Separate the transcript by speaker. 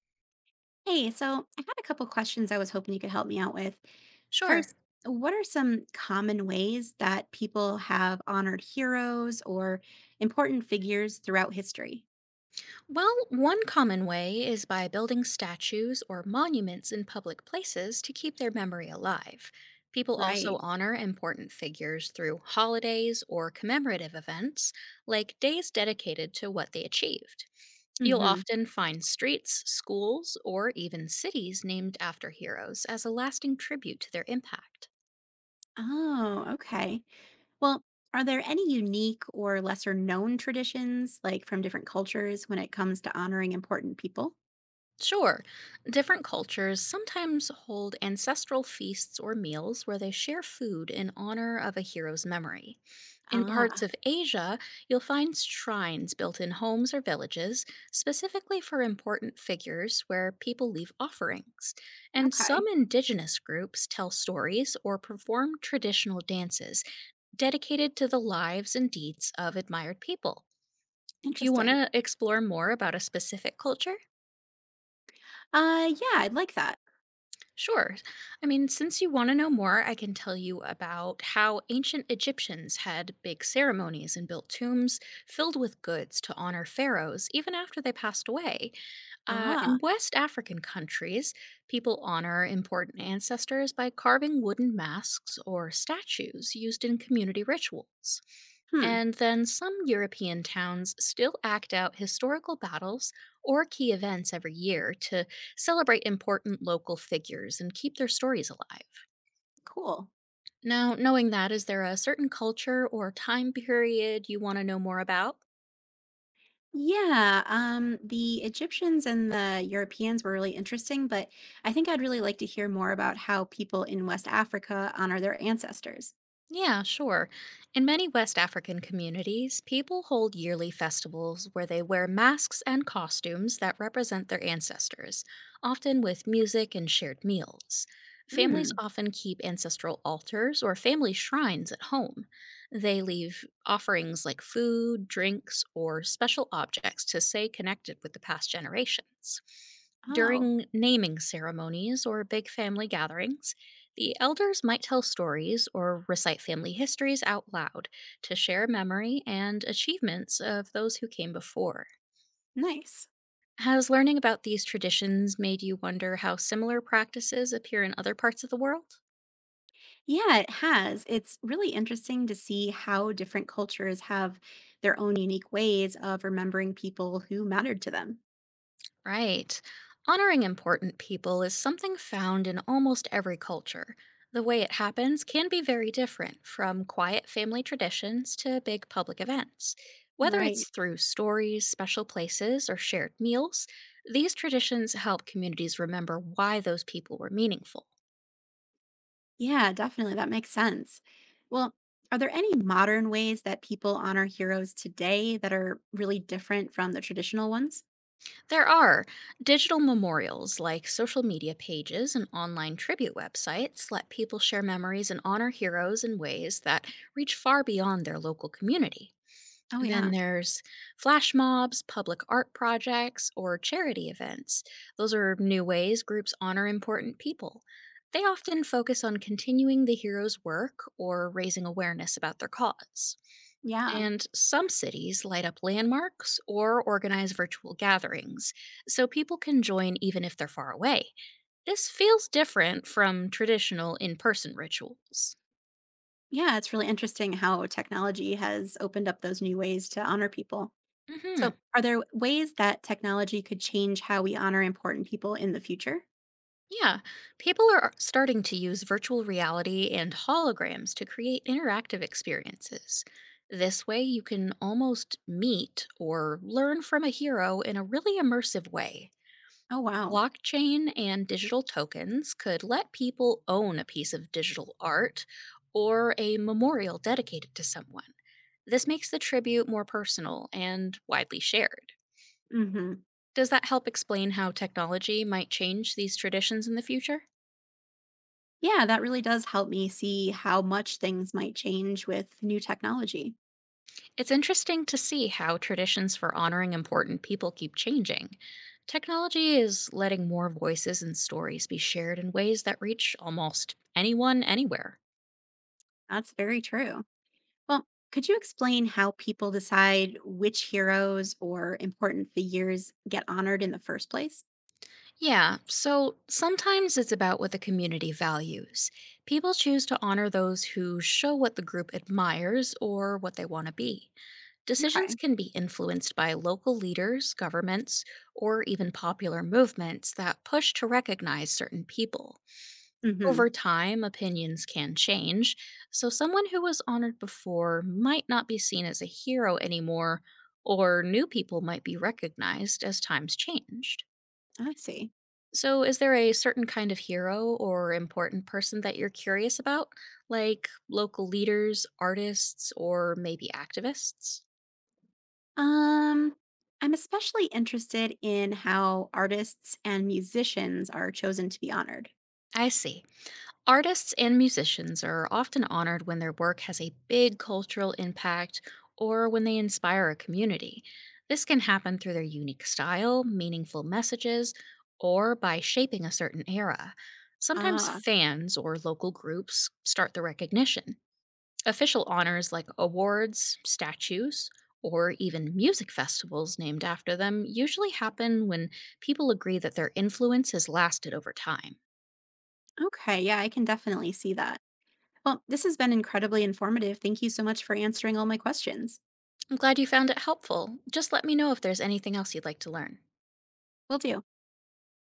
Speaker 1: Hey, so I had a couple questions I was hoping you could help me out with.
Speaker 2: Sure.
Speaker 1: First, what are some common ways that people have honored heroes or important figures throughout history?
Speaker 2: Well, one common way is by building statues or monuments in public places to keep their memory alive. People
Speaker 1: Right.
Speaker 2: also honor important figures through holidays or commemorative events, like days dedicated to what they achieved. You'll
Speaker 1: Hmm.
Speaker 2: often find streets, schools, or even cities named after heroes as a lasting tribute to their impact.
Speaker 1: Oh, okay. Well, are there any unique or lesser known traditions, like from different cultures, when it comes to honoring important people?
Speaker 2: Sure. Different cultures sometimes hold ancestral feasts or meals where they share food in honor of a hero's memory. In parts
Speaker 1: Ah,
Speaker 2: of Asia, you'll find shrines built in homes or villages specifically for important figures where people leave offerings. And some
Speaker 1: okay.
Speaker 2: indigenous groups tell stories or perform traditional dances dedicated to the lives and deeds of admired people. Do you want
Speaker 1: Interesting.
Speaker 2: to explore more about a specific culture?
Speaker 1: Yeah, I'd like that.
Speaker 2: Sure. I mean, since you want to know more, I can tell you about how ancient Egyptians had big ceremonies and built tombs filled with goods to honor pharaohs even after they passed away. In
Speaker 1: Ah,
Speaker 2: West African countries, people honor important ancestors by carving wooden masks or statues used in community rituals.
Speaker 1: hmm,
Speaker 2: And then some European towns still act out historical battles or key events every year to celebrate important local figures and keep their stories alive.
Speaker 1: cool.
Speaker 2: Now, knowing that, is there a certain culture or time period you want to know more about?
Speaker 1: Yeah, the Egyptians and the Europeans were really interesting, but I think I'd really like to hear more about how people in West Africa honor their ancestors.
Speaker 2: Yeah, sure. In many West African communities, people hold yearly festivals where they wear masks and costumes that represent their ancestors, often with music and shared meals. Families
Speaker 1: Hmm.
Speaker 2: often keep ancestral altars or family shrines at home. They leave offerings like food, drinks, or special objects to stay connected with the past generations.
Speaker 1: Oh,
Speaker 2: During naming ceremonies or big family gatherings, the elders might tell stories or recite family histories out loud to share memory and achievements of those who came before.
Speaker 1: nice.
Speaker 2: Has learning about these traditions made you wonder how similar practices appear in other parts of the world?
Speaker 1: Yeah, it has. It's really interesting to see how different cultures have their own unique ways of remembering people who mattered to them.
Speaker 2: Right. Honoring important people is something found in almost every culture. The way it happens can be very different, from quiet family traditions to big public events. Whether
Speaker 1: Right.
Speaker 2: it's through stories, special places, or shared meals, these traditions help communities remember why those people were meaningful.
Speaker 1: Yeah, definitely. That makes sense. Well, are there any modern ways that people honor heroes today that are really different from the traditional ones?
Speaker 2: There are digital memorials like social media pages and online tribute websites let people share memories and honor heroes in ways that reach far beyond their local community.
Speaker 1: Oh, yeah.
Speaker 2: Then there's flash mobs, public art projects, or charity events. Those are new ways groups honor important people. They often focus on continuing the hero's work or raising awareness about their cause.
Speaker 1: Yeah.
Speaker 2: And some cities light up landmarks or organize virtual gatherings, so people can join even if they're far away. This feels different from traditional in person rituals.
Speaker 1: Yeah. It's really interesting how technology has opened up those new ways to honor people.
Speaker 2: Hmm.
Speaker 1: So, are there ways that technology could change how we honor important people in the future?
Speaker 2: Yeah, people are starting to use virtual reality and holograms to create interactive experiences. This way, you can almost meet or learn from a hero in a really immersive way.
Speaker 1: Oh, wow.
Speaker 2: Blockchain and digital tokens could let people own a piece of digital art or a memorial dedicated to someone. This makes the tribute more personal and widely shared.
Speaker 1: Hmm.
Speaker 2: Does that help explain how technology might change these traditions in the future?
Speaker 1: Yeah, that really does help me see how much things might change with new technology.
Speaker 2: It's interesting to see how traditions for honoring important people keep changing. Technology is letting more voices and stories be shared in ways that reach almost anyone, anywhere.
Speaker 1: That's very true. Well, could you explain how people decide which heroes or important figures get honored in the first place?
Speaker 2: Yeah, so sometimes it's about what the community values. People choose to honor those who show what the group admires or what they want to be. Decisions
Speaker 1: Okay.
Speaker 2: can be influenced by local leaders, governments, or even popular movements that push to recognize certain people. Over
Speaker 1: Hmm.
Speaker 2: time, opinions can change, so someone who was honored before might not be seen as a hero anymore, or new people might be recognized as times changed.
Speaker 1: I see.
Speaker 2: So, is there a certain kind of hero or important person that you're curious about, like local leaders, artists, or maybe activists?
Speaker 1: Um, I'm especially interested in how artists and musicians are chosen to be honored.
Speaker 2: I see. Artists and musicians are often honored when their work has a big cultural impact or when they inspire a community. This can happen through their unique style, meaningful messages, or by shaping a certain era. Sometimes
Speaker 1: Ah,
Speaker 2: fans or local groups start the recognition. Official honors like awards, statues, or even music festivals named after them usually happen when people agree that their influence has lasted over time.
Speaker 1: okay. Yeah, I can definitely see that. Well, this has been incredibly informative. Thank you so much for answering all my questions.
Speaker 2: I'm glad you found it helpful. Just let me know if there's anything else you'd like to learn.
Speaker 1: Will do.